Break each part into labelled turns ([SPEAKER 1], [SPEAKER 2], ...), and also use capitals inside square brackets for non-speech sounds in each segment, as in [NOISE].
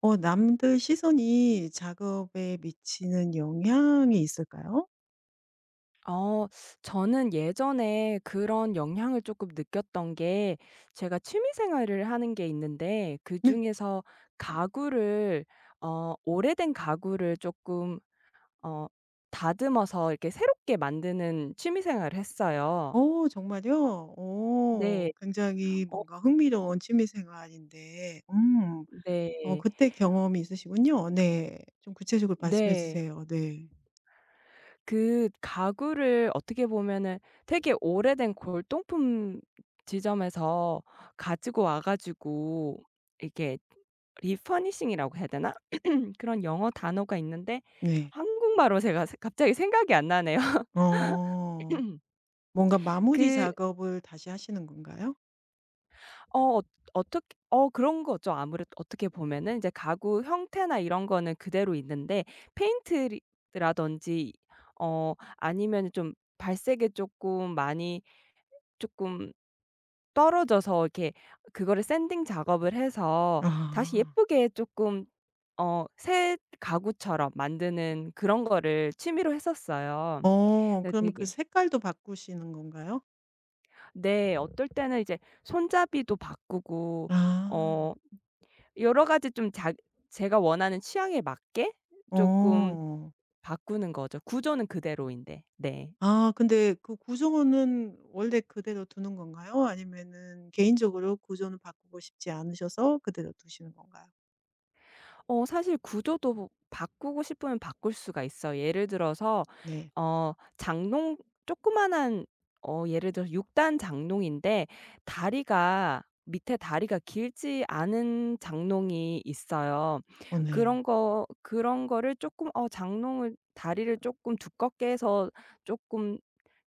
[SPEAKER 1] 남들 시선이 작업에 미치는 영향이 있을까요?
[SPEAKER 2] 어 저는 예전에 그런 영향을 조금 느꼈던 게, 제가 취미 생활을 하는 게 있는데
[SPEAKER 1] 네.
[SPEAKER 2] 그중에서 가구를, 오래된 가구를 조금 어 다듬어서 이렇게 새롭게 만드는 취미 생활을 했어요.
[SPEAKER 1] 어, 정말요?
[SPEAKER 2] 네.
[SPEAKER 1] 굉장히
[SPEAKER 2] 어.
[SPEAKER 1] 뭔가 흥미로운 취미 생활인데
[SPEAKER 2] 네.
[SPEAKER 1] 그때 경험이 있으시군요. 네. 좀 구체적으로 말씀해
[SPEAKER 2] 네.
[SPEAKER 1] 주세요. 네.
[SPEAKER 2] 그 가구를 어떻게 보면은 되게 오래된 골동품 지점에서 가지고 와 가지고 이렇게 리퍼니싱이라고 해야 되나? 그런 영어 단어가 있는데
[SPEAKER 1] 네.
[SPEAKER 2] 한국말로 제가 세 갑자기 생각이 안 나네요.
[SPEAKER 1] 어
[SPEAKER 2] [LAUGHS]
[SPEAKER 1] 뭔가 마무리
[SPEAKER 2] 그
[SPEAKER 1] 작업을 다시 하시는 건가요?
[SPEAKER 2] 어 어, 어떻게 그런 거죠. 아무래도 어떻게 보면은 이제 가구 형태나 이런 거는 그대로 있는데 페인트리 라든지 아니면은 좀 발색에 쪼끔 많이 쪼끔 떨어져서 이렇게 그거를 샌딩 작업을 해서 다시
[SPEAKER 1] 아.
[SPEAKER 2] 예쁘게 쪼끔 새 가구처럼 만드는 그런 거를 취미로 했었어요. 네,
[SPEAKER 1] 그러면 그
[SPEAKER 2] 되게.
[SPEAKER 1] 색깔도 바꾸시는 건가요?
[SPEAKER 2] 네. 어떨 때는 이제 손잡이도 바꾸고
[SPEAKER 1] 아.
[SPEAKER 2] 어 여러 가지 좀 자 제가 원하는 취향에 맞게 쪼끔
[SPEAKER 1] 어.
[SPEAKER 2] 바꾸는 거죠, 구조는 그대로인데. 네.
[SPEAKER 1] 아, 근데 그 구조는 원래 그대로 두는 건가요? 아니면은 개인적으로 구조는 바꾸고 싶지 않으셔서 그대로 두시는 건가요?
[SPEAKER 2] 사실 구조도 뭐 바꾸고 싶으면 바꿀 수가 있어요. 예를 들어서
[SPEAKER 1] 네.
[SPEAKER 2] 장롱, 조그마한, 예를 들어서 6단 장롱인데 다리가 밑에, 다리가 길지 않은 장롱이 있어요.
[SPEAKER 1] 어, 네.
[SPEAKER 2] 그런 거를 조금 장롱을, 다리를 조금 두껍게 해서 조금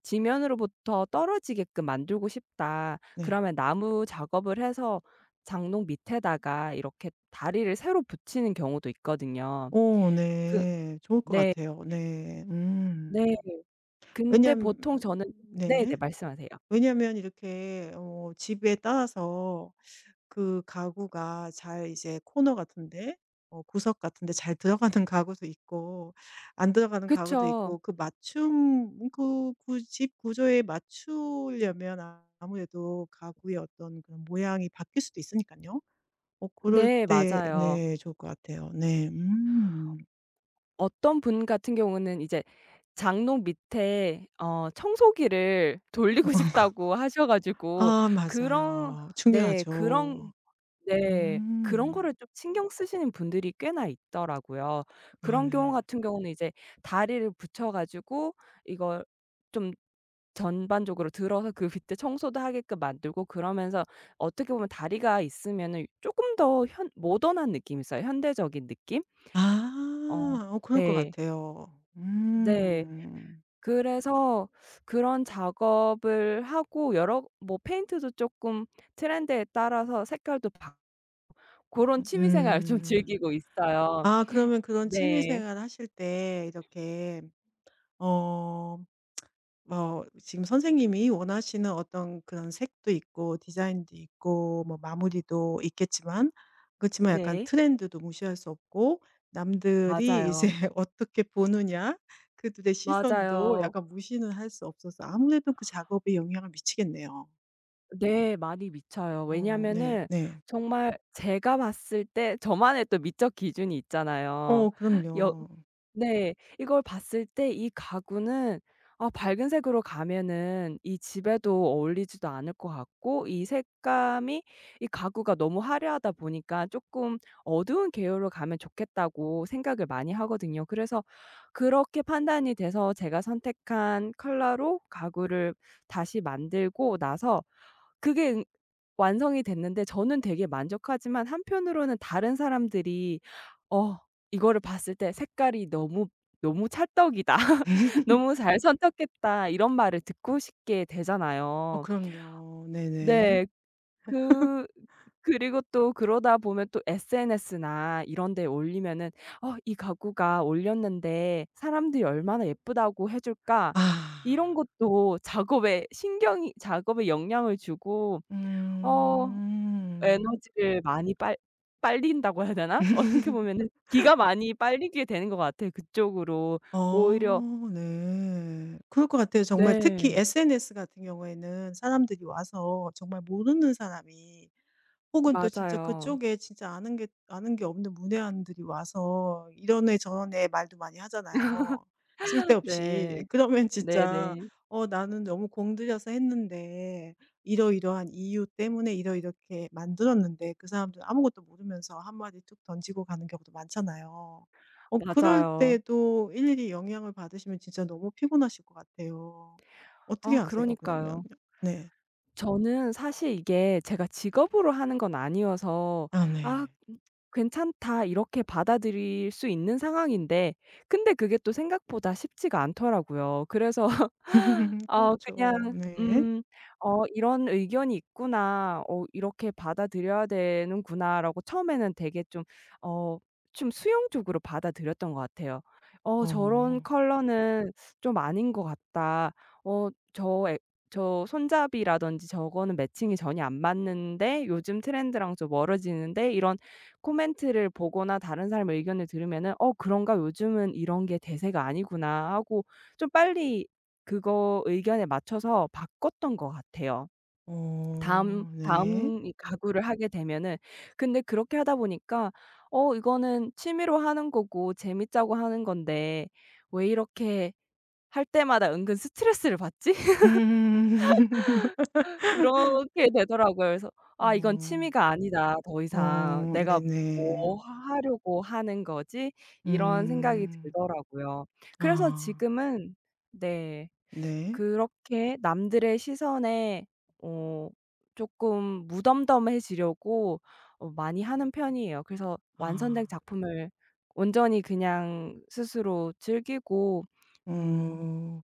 [SPEAKER 2] '지면으로부터 떨어지게끔 만들고 싶다.'
[SPEAKER 1] 네.
[SPEAKER 2] 그러면 나무 작업을 해서 장롱 밑에다가 이렇게 다리를 새로 붙이는 경우도 있거든요.
[SPEAKER 1] 오,
[SPEAKER 2] 그.
[SPEAKER 1] 네. 좋을 것
[SPEAKER 2] 네.
[SPEAKER 1] 같아요. 네.
[SPEAKER 2] 네.
[SPEAKER 1] 음.
[SPEAKER 2] 근데
[SPEAKER 1] 왜냐면
[SPEAKER 2] 보통 저는. 네네,
[SPEAKER 1] 네.
[SPEAKER 2] 말씀하세요.
[SPEAKER 1] 왜냐면 이렇게 집에 따라서 그 가구가 잘 이제 코너 같은 데 구석 같은 데 잘 들어가는 [LAUGHS] 가구도 있고 안 들어가는 가구도
[SPEAKER 2] 그쵸.
[SPEAKER 1] 있고 그 맞춤 그 구 집 구조에 맞추려면 아- 아무래도 가구의 어떤 그런 모양이 바뀔 수도 있으니까요. 그럴
[SPEAKER 2] 네.
[SPEAKER 1] 때
[SPEAKER 2] 맞아요.
[SPEAKER 1] 네 좋을 것 같아요. 네. 음.
[SPEAKER 2] 어떤 분 같은 경우는 이제 장롱 밑에 청소기를 돌리고 [LAUGHS]
[SPEAKER 1] [LAUGHS]
[SPEAKER 2] 싶다고 하셔 가지고,
[SPEAKER 1] 아,
[SPEAKER 2] 그런.
[SPEAKER 1] 맞아요.
[SPEAKER 2] 네, 그런.
[SPEAKER 1] 중요하죠.
[SPEAKER 2] 네, 그런
[SPEAKER 1] 음.
[SPEAKER 2] 거를 좀 신경 쓰시는 분들이 꽤나 있더라고요.
[SPEAKER 1] 아,
[SPEAKER 2] 그런 경우
[SPEAKER 1] 네.
[SPEAKER 2] 같은 경우는 이제 다리를 붙여 가지고 이걸 좀 전반적으로 들어서 그 밑에 청소도 하게끔 만들고, 그러면서 어떻게 보면 다리가 있으면은 쪼끔 더 현 모던한 느낌이 있어요, 현대적인 느낌? 어.
[SPEAKER 1] 아. 그럴 것
[SPEAKER 2] 네.
[SPEAKER 1] 같아요.
[SPEAKER 2] 네.
[SPEAKER 1] 음.
[SPEAKER 2] 그래서 그런 작업을 하고 여러 뭐 페인트도 쪼끔 트렌드에 따라서 색깔도 바 고런 취미 생활을 좀
[SPEAKER 1] 음.
[SPEAKER 2] [LAUGHS] 즐기고 있어요.
[SPEAKER 1] 아, 그러면 그런 취미
[SPEAKER 2] 네.
[SPEAKER 1] 생활 하실 때 이렇게 어 뭐 지금 선생님이 원하시는 어떤 그런 색도 있고 디자인도 있고 뭐 마무리도 있겠지만, 그렇지만 약간
[SPEAKER 2] 네,
[SPEAKER 1] 트렌드도 무시할 수 없고, 남들이 이제
[SPEAKER 2] 맞아요.
[SPEAKER 1] [LAUGHS] 어떻게 보느냐, 그들의 시선도
[SPEAKER 2] 맞아요.
[SPEAKER 1] 약간 무시는 할 수 없어서 아무래도 그 작업에 영향을 미치겠네요.
[SPEAKER 2] 네, 많이 미쳐요.
[SPEAKER 1] 어, 네.
[SPEAKER 2] 왜냐면은
[SPEAKER 1] 네.
[SPEAKER 2] 정말 제가 봤을 때 저만의 또 미적 기준이 있잖아요.
[SPEAKER 1] 어,
[SPEAKER 2] 여
[SPEAKER 1] 그럼요.
[SPEAKER 2] 네. 이걸 봤을 때 이 가구는, 아, 밝은 색으로 가면은 이 집에도 어울리지도 않을 것 같고, 이 색감이, 이 가구가 너무 화려하다 보니까 조금 어두운 계열로 가면 좋겠다고 생각을 많이 하거든요. 그래서 그렇게 판단이 돼서 제가 선택한 컬러로 가구를 다시 만들고 나서 그게 응 완성이 됐는데, 저는 되게 만족하지만 한편으로는 다른 사람들이 어 이거를 봤을 때 '색깔이 너무 너무 찰떡이다. [LAUGHS]
[SPEAKER 1] [LAUGHS]
[SPEAKER 2] 너무 잘 선택했다.' 이런 말을 듣고 싶게
[SPEAKER 1] 어,
[SPEAKER 2] 되잖아요.
[SPEAKER 1] 그럼요. 네네.
[SPEAKER 2] 네. 그 그리고 또 그러다 보면 또 SNS나 이런 데 올리면은 '어 이 가구가 올렸는데 사람들이 얼마나 예쁘다고 해 줄까?'
[SPEAKER 1] 아.
[SPEAKER 2] 이런 것도 작업에 영향을 주고 어
[SPEAKER 1] 음.
[SPEAKER 2] 에너지를 많이 빨 빨린다고 해야 되나? 어떻게 [LAUGHS]
[SPEAKER 1] [LAUGHS]
[SPEAKER 2] 보면은 기가 많이 빨리게 되는 것 같아요, 그쪽으로. 오히려.
[SPEAKER 1] 어, 네. 그럴 것 같아요. 정말 특히
[SPEAKER 2] 네,
[SPEAKER 1] SNS 같은 경우에는 사람들이 와서 정말 모르는 사람이 혹은 또 진짜
[SPEAKER 2] 맞아요.
[SPEAKER 1] 그쪽에 진짜 아는 게 없는 문외한들이 와서 이런 애 저런 애 말도 많이 하잖아요, 쓸데없이.
[SPEAKER 2] 네.
[SPEAKER 1] 그러면
[SPEAKER 2] 네,
[SPEAKER 1] 진짜
[SPEAKER 2] 네.
[SPEAKER 1] '어 나는 너무 공들여서 했는데 이러이러한 이유 때문에 이러이렇게 만들었는데' 그 사람들은 아무것도 모르면서 한마디 툭 던지고 가는 경우도 많잖아요. 그럴
[SPEAKER 2] 맞아요.
[SPEAKER 1] 때도 일일이 영향을 받으시면 진짜 너무 피곤하실 것 같아요. 어떻게
[SPEAKER 2] 아,
[SPEAKER 1] 하세요, 그러면?
[SPEAKER 2] 그러니까요.
[SPEAKER 1] 네.
[SPEAKER 2] 저는 사실 이게 제가 직업으로 하는 건 아니어서
[SPEAKER 1] 아,
[SPEAKER 2] '아,
[SPEAKER 1] 네.
[SPEAKER 2] 괜찮다.' 이렇게 받아들일 수 있는 상황인데, 근데 그게 또 생각보다 쉽지가 않더라고요. 그래서 [LAUGHS]
[SPEAKER 1] [LAUGHS] 그렇죠.
[SPEAKER 2] 그냥,
[SPEAKER 1] 네.
[SPEAKER 2] '어, 이런 의견이 있구나. 어, 이렇게 받아들여야 되는구나.'라고 처음에는 되게 좀 어 좀 수용적으로 받아들였던 것 같아요. '어, 저런
[SPEAKER 1] 어.
[SPEAKER 2] 컬러는 좀 아닌 것 같다. 어저애 저 손잡이라든지 저거는 매칭이 전혀 안 맞는데 요즘 트렌드랑 좀 멀어지는데.' 이런 코멘트를 보거나 다른 사람의 의견을 들으면은 '어, 그런가? 요즘은 이런 게 대세가 아니구나.' 하고 좀 빨리 그거 의견에 맞춰서 바꿨던 것 같아요.
[SPEAKER 1] 어, 네.
[SPEAKER 2] 다음 이 가구를 하게 되면은. 근데 그렇게 하다 보니까 '어, 이거는 취미로 하는 거고 재밌자고 하는 건데 왜 이렇게 할 때마다 은근 스트레스를 받지?'
[SPEAKER 1] 음. [LAUGHS]
[SPEAKER 2] 그렇게 되더라고요. 그래서 '아, 이건
[SPEAKER 1] 어.
[SPEAKER 2] 취미가 아니다. 더 이상
[SPEAKER 1] 어,
[SPEAKER 2] 내가
[SPEAKER 1] 네네.
[SPEAKER 2] 뭐 하 하려고 하는 거지?' 이런 생각이
[SPEAKER 1] 음.
[SPEAKER 2] 들더라고요. 그래서
[SPEAKER 1] 아,
[SPEAKER 2] 지금은, 네,
[SPEAKER 1] 네.
[SPEAKER 2] 그렇게 남들의 시선에 어 쪼끔 무덤덤해지려고 많이 하는 편이에요. 그래서 완성된
[SPEAKER 1] 아.
[SPEAKER 2] 작품을 온전히 그냥 스스로 즐기고, 음
[SPEAKER 1] 음,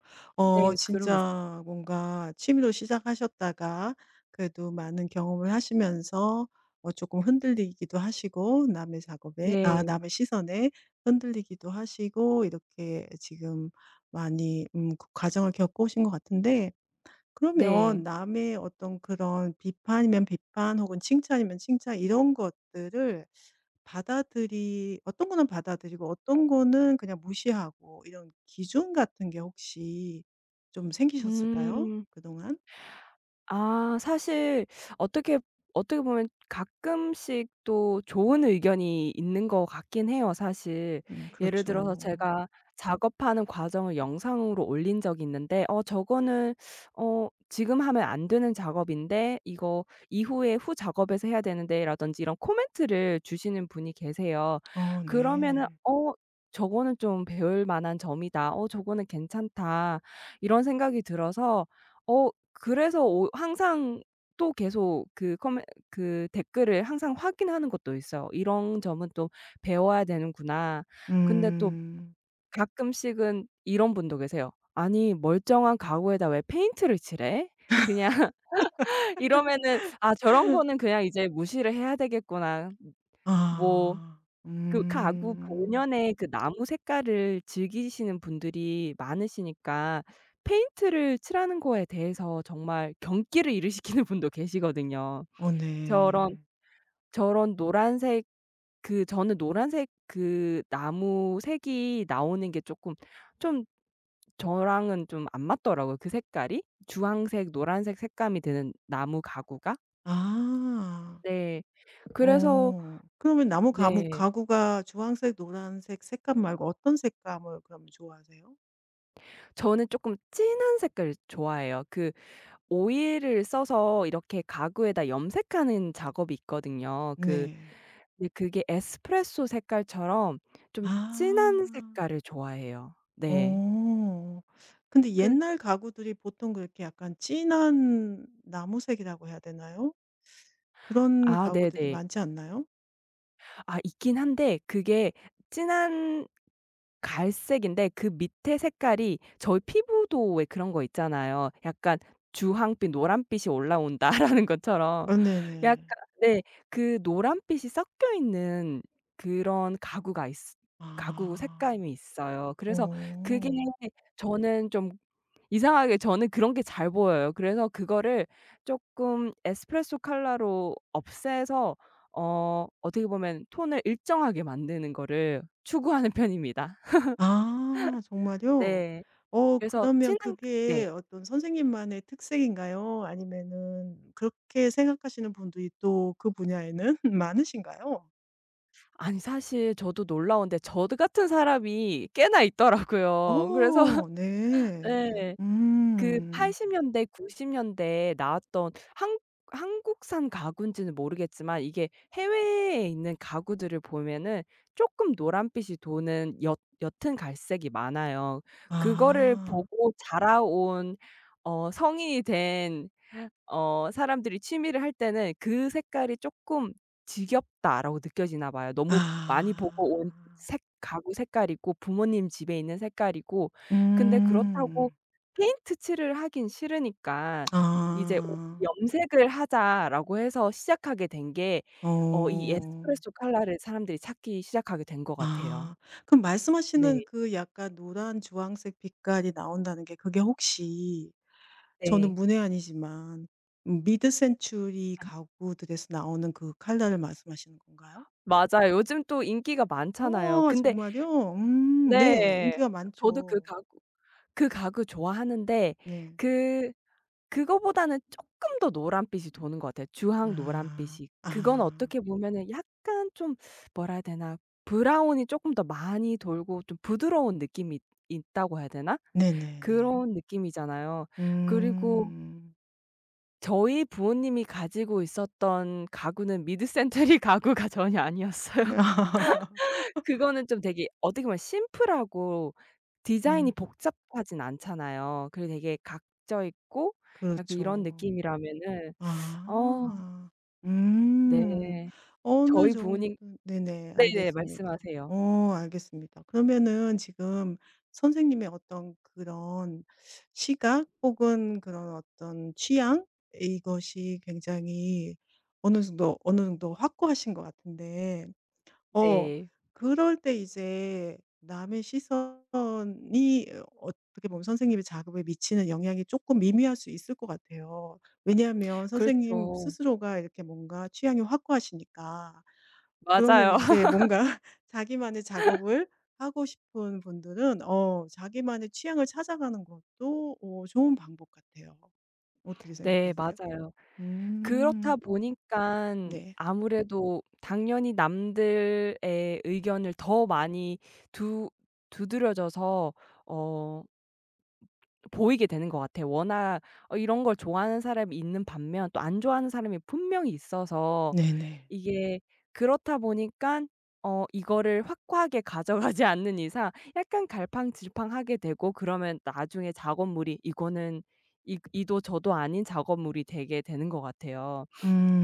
[SPEAKER 2] 네, 그러고 있
[SPEAKER 1] 진짜 뭔가 취미로 시작하셨다가 그래도 많은 경험을 하시면서 조금 흔들리기도 하시고 남의 작업에
[SPEAKER 2] 네.
[SPEAKER 1] 남의 시선에 흔들리기도 하시고 이렇게 지금 많이 그 과정을 겪어오신 것 같은데, 그러면
[SPEAKER 2] 네.
[SPEAKER 1] 남의 어떤 그런 비판이면 비판 혹은 칭찬이면 칭찬 이런 것들을 받아들이 어떤 거는 받아들이고 어떤 거는 그냥 무시하고 이런 기준 같은 게 혹시 좀 생기셨을까요?
[SPEAKER 2] 음.
[SPEAKER 1] 그동안?
[SPEAKER 2] 아 사실 어떻게 어떻게 보면 가끔씩 또 좋은 의견이 있는 것 같긴 해요, 사실.
[SPEAKER 1] 음,
[SPEAKER 2] 예를 들어서
[SPEAKER 1] 그렇죠.
[SPEAKER 2] 제가 작업하는 과정을 영상으로 올린 적이 있는데 "어, 저거는 지금 하면 안 되는 작업인데, 이거 이후에 후 작업에서 해야 되는데."라든지 이런 코멘트를 주시는 분이 계세요.
[SPEAKER 1] 어,
[SPEAKER 2] 그러면은
[SPEAKER 1] 네.
[SPEAKER 2] '어, 저거는 좀 배울 만한 점이다. 어, 저거는 괜찮다.' 이런 생각이 들어서 어 그래서 오 항상 또 계속 그 커메 그 댓글을 항상 확인하는 것도 있어요. '이런 점은 또 배워야 되는구나.' 근데 또
[SPEAKER 1] 음.
[SPEAKER 2] 가끔씩은 이런 분도 계세요. "아니 멀쩡한 가구에다 왜 페인트를 칠해?" 그냥 [LAUGHS] 이러면은 '아, 저런 거는 그냥 이제 무시를 해야 되겠구나.' 뭐.
[SPEAKER 1] 아.
[SPEAKER 2] 그 가구
[SPEAKER 1] 음.
[SPEAKER 2] 본연의 그 나무 색깔을 즐기시는 분들이 많으시니까 페인트를 칠하는 거에 대해서 정말 경기를 일으키는 [LAUGHS] 분도 계시거든요.
[SPEAKER 1] 어,
[SPEAKER 2] 저런
[SPEAKER 1] 네.
[SPEAKER 2] 저런 노란색, 그 저는 노란색 그 나무 색이 나오는 게 쪼끔 좀 저랑은 좀 안 맞더라고요, 그 색깔이. 주황색, 노란색 색감이 드는 나무 가구가.
[SPEAKER 1] 아.
[SPEAKER 2] 네. 그래서.
[SPEAKER 1] 어. 그러면 나무 가구
[SPEAKER 2] 네.
[SPEAKER 1] 가구가 주황색, 노란색 색감 말고 어떤 색감을 그럼 좋아하세요?
[SPEAKER 2] 저는 쪼끔 진한 색깔 좋아해요. 그 오일을 써서 이렇게 가구에다 염색하는 작업이 있거든요. 그
[SPEAKER 1] 네.
[SPEAKER 2] 근데 그게 에스프레소 색깔처럼 좀
[SPEAKER 1] 아.
[SPEAKER 2] 진한 색깔을 좋아해요. 네.
[SPEAKER 1] 어. 근데
[SPEAKER 2] 그.
[SPEAKER 1] 옛날 가구들이 보통 그렇게 약간 진한 나무색이라고 해야 되나요? 그런
[SPEAKER 2] 아
[SPEAKER 1] 가구들이
[SPEAKER 2] 네네.
[SPEAKER 1] 많지 않나요?
[SPEAKER 2] 아 있긴 한데 그게 진한 갈색인데 그 밑에 색깔이, 저희 피부도 왜 그런 거 있잖아요, 약간 '주황빛, 노란빛이 올라온다.'라는 [LAUGHS] 것처럼,
[SPEAKER 1] 어,
[SPEAKER 2] 약간,
[SPEAKER 1] 네네.
[SPEAKER 2] 네, 그 노란빛이 섞여 있는 그런 가구가 있 가구
[SPEAKER 1] 아.
[SPEAKER 2] 색감이 있어요. 그래서 그게
[SPEAKER 1] 어.
[SPEAKER 2] 저는 좀 이상하게 저는 그런 게 잘 보여요. 그래서 그거를 쪼끔 에스프레소 칼라로 없애서 어떻게 보면 톤을 일정하게 만드는 거를 추구하는 [LAUGHS] 편입니다.
[SPEAKER 1] 아, 정말요?
[SPEAKER 2] 네. 그래서
[SPEAKER 1] 그러면
[SPEAKER 2] 진한
[SPEAKER 1] 그게
[SPEAKER 2] 네.
[SPEAKER 1] 어떤 선생님만의 특색인가요? 아니면은 그렇게 생각하시는 분들이 또 그 분야에는 [LAUGHS] 많으신가요?
[SPEAKER 2] 아니 사실 저도 놀라운데 저 같은 사람이 꽤나 있더라고요. 그래서,
[SPEAKER 1] 어, 네.
[SPEAKER 2] 예. 그
[SPEAKER 1] 음.
[SPEAKER 2] 80 년대 90 년대에 나왔던 한 한국산 가구인지는 모르겠지만 이게 해외에 있는 가구들을 보면은 쪼끔 노란빛이 도는 옅 옅은 갈색이 많아요. 그거를
[SPEAKER 1] 아.
[SPEAKER 2] 보고 자라온 성인이 된 사람들이 취미를 할 때는 그 색깔이 쪼끔 '지겹다.'라고 느껴지나 봐요. 너무 많이 보고 온
[SPEAKER 1] 아.
[SPEAKER 2] 색 가구 색깔이고 부모님 집에 있는 색깔이고. 근데 그렇다고
[SPEAKER 1] 음.
[SPEAKER 2] 페인트 칠을 하긴 싫으니까
[SPEAKER 1] 아.
[SPEAKER 2] 이제 오 '염색을 하자.'라고 해서 시작하게 된 게 이
[SPEAKER 1] 어.
[SPEAKER 2] 에스프레소 컬러를 사람들이 찾기 시작하게 된 것
[SPEAKER 1] 아.
[SPEAKER 2] 같아요.
[SPEAKER 1] 그럼 말씀하시는
[SPEAKER 2] 네.
[SPEAKER 1] 그 약간 노란 주황색 빛깔이 나온다는 게 그게 혹시, 저는
[SPEAKER 2] 네,
[SPEAKER 1] 문외한이지만, 미드 센추리 가구들에서 나오는 그 컬러를 말씀하시는 건가요?
[SPEAKER 2] 맞아요. 요즘 또 인기가 많잖아요.
[SPEAKER 1] 어,
[SPEAKER 2] 근데
[SPEAKER 1] 정말요? 음, 네.
[SPEAKER 2] 네.
[SPEAKER 1] 인기가
[SPEAKER 2] 저도
[SPEAKER 1] 많죠.
[SPEAKER 2] 그 가구 좋아하는데
[SPEAKER 1] 네.
[SPEAKER 2] 그 그거보다는 쪼끔 더 노란빛이 도는 것 같아요. 주황
[SPEAKER 1] 아.
[SPEAKER 2] 노란빛이. 그건
[SPEAKER 1] 아.
[SPEAKER 2] 어떻게 보면은 약간 좀 뭐라 해야 되나, 브라운이 쪼끔 더 많이 돌고 좀 부드러운 느낌이 있다고 해야 되나?
[SPEAKER 1] 네네네.
[SPEAKER 2] 그런 느낌이잖아요. 그리고
[SPEAKER 1] 음.
[SPEAKER 2] 저희 부모님이 가지고 있었던 가구는 미드센트리 [LAUGHS] 가구가 전혀 아니었어요.
[SPEAKER 1] [LAUGHS]
[SPEAKER 2] 그거는 좀 되게 어떻게 보면 심플하고 디자인이
[SPEAKER 1] 음.
[SPEAKER 2] 복잡하진 않잖아요. 그리고 되게 각져 있고 약간 이런
[SPEAKER 1] 그렇죠.
[SPEAKER 2] 느낌이라면은, 어,
[SPEAKER 1] 아. 음.
[SPEAKER 2] 네.
[SPEAKER 1] 어느
[SPEAKER 2] 저희
[SPEAKER 1] 정도.
[SPEAKER 2] 부모님.
[SPEAKER 1] 네네.
[SPEAKER 2] 네네,
[SPEAKER 1] 알겠습니다.
[SPEAKER 2] 말씀하세요.
[SPEAKER 1] 알겠습니다. 그러면은 지금 선생님의 어떤 그런 시각 혹은 그런 어떤 취향, 이것이 굉장히 어느 정도 확고하신 것 같은데, 어.
[SPEAKER 2] 네.
[SPEAKER 1] 그럴 때 이제 남의 시선이 어떻게 보면 선생님의 작업에 미치는 영향이 조금 미미할 수 있을 것 같아요. 왜냐하면 선생님
[SPEAKER 2] 그렇죠.
[SPEAKER 1] 스스로가 이렇게 뭔가 취향이 확고하시니까. 그러면
[SPEAKER 2] 맞아요.
[SPEAKER 1] 이제
[SPEAKER 2] [LAUGHS]
[SPEAKER 1] 뭔가 [LAUGHS] 자기만의 작업을 하고 싶은 분들은 자기만의 취향을 찾아가는 것도 좋은 방법 같아요. 어떻게
[SPEAKER 2] 네,
[SPEAKER 1] 생각하세요?
[SPEAKER 2] 맞아요.
[SPEAKER 1] 음.
[SPEAKER 2] 그렇다 보니깐
[SPEAKER 1] 네.
[SPEAKER 2] 아무래도 당연히 남들의 의견을 더 많이 두 두드려져서 어 보이게 되는 것 같아요. 워낙 이런 걸 좋아하는 사람이 있는 반면 또 안 좋아하는 사람이 분명히 있어서
[SPEAKER 1] 네네.
[SPEAKER 2] 이게 그렇다 보니까 이거를 확고하게 가져가지 않는 이상 약간 갈팡질팡하게 되고 그러면 나중에 작업물이 이거는 이 이도 저도 아닌 작업물이 되게 되는 것 같아요.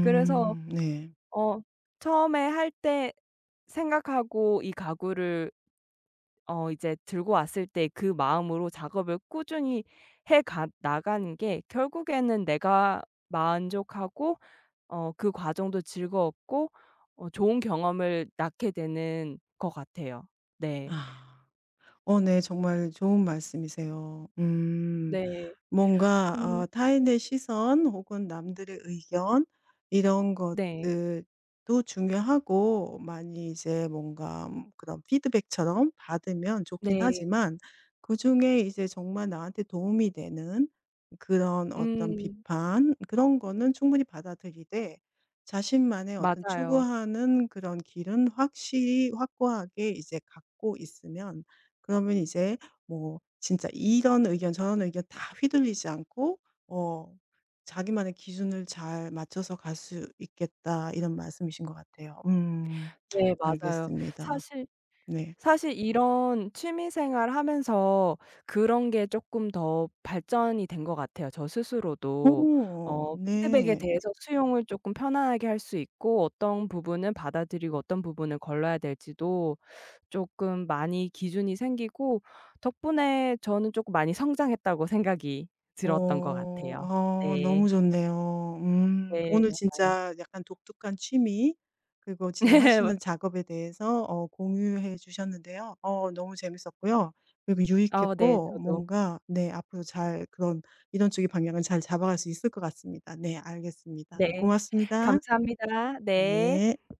[SPEAKER 2] 그래서
[SPEAKER 1] 네.
[SPEAKER 2] 어 처음에 할 때 생각하고 이 가구를 이제 들고 왔을 때 그 마음으로 작업을 꾸준히 해 가 나가는 게 결국에는 내가 만족하고 그 과정도 즐거웠고 좋은 경험을 낳게 되는 것 같아요. 네.
[SPEAKER 1] 아. 어, 네. 정말 좋은 말씀이세요. 음.
[SPEAKER 2] 네.
[SPEAKER 1] 뭔가
[SPEAKER 2] 음.
[SPEAKER 1] 타인의 시선 혹은 남들의 의견, 이런
[SPEAKER 2] 네.
[SPEAKER 1] 것들도 중요하고 많이 이제 뭔가 그런 피드백처럼 받으면 좋긴
[SPEAKER 2] 네.
[SPEAKER 1] 하지만, 그중에 이제 정말 나한테 도움이 되는 그런 어떤
[SPEAKER 2] 음.
[SPEAKER 1] 비판 그런 거는 충분히 받아들이되, 자신만의 어떤
[SPEAKER 2] 맞아요.
[SPEAKER 1] 추구하는 그런 길은 확실히 확고하게 이제 갖고 있으면, 그러면 이제 뭐 진짜 이런 의견 저런 의견 다 휘둘리지 않고 어 자기만의 기준을 잘 맞춰서 갈 수 있겠다 이런 말씀이신 것 같아요. 음.
[SPEAKER 2] 네, 맞아요.
[SPEAKER 1] 알겠습니다.
[SPEAKER 2] 사실
[SPEAKER 1] 네.
[SPEAKER 2] 사실 이런 취미 생활 하면서 그런 게 쪼끔 더 발전이 된 것 같아요. 저 스스로도
[SPEAKER 1] 오,
[SPEAKER 2] 피드백에
[SPEAKER 1] 네.
[SPEAKER 2] 대해서 수용을 쪼끔 편안하게 할 수 있고 어떤 부분은 받아들이고 어떤 부분은 걸러야 될지도 쪼끔 많이 기준이 생기고, 덕분에 저는 쪼끔 많이 성장했다고 생각이 들었던 것
[SPEAKER 1] 어.
[SPEAKER 2] 같아요.
[SPEAKER 1] 아,
[SPEAKER 2] 네.
[SPEAKER 1] 너무 좋네요. 음.
[SPEAKER 2] 네,
[SPEAKER 1] 오늘
[SPEAKER 2] 맞아요.
[SPEAKER 1] 진짜 약간 독특한 취미 그리고
[SPEAKER 2] [LAUGHS]
[SPEAKER 1] 지금
[SPEAKER 2] 네.
[SPEAKER 1] 하시는 작업에 대해서 공유해 주셨는데요. 너무 재밌었고요. 그리고
[SPEAKER 2] 어, 네.
[SPEAKER 1] 유익했고
[SPEAKER 2] 저도.
[SPEAKER 1] 뭔가, 네, 앞으로 잘 그런 이런 쪽의 방향은 잘 잡아갈 수 있을 것 같습니다. 네, 알겠습니다. 네,
[SPEAKER 2] 네.
[SPEAKER 1] 고맙습니다.
[SPEAKER 2] 감사합니다. 네.
[SPEAKER 1] 네.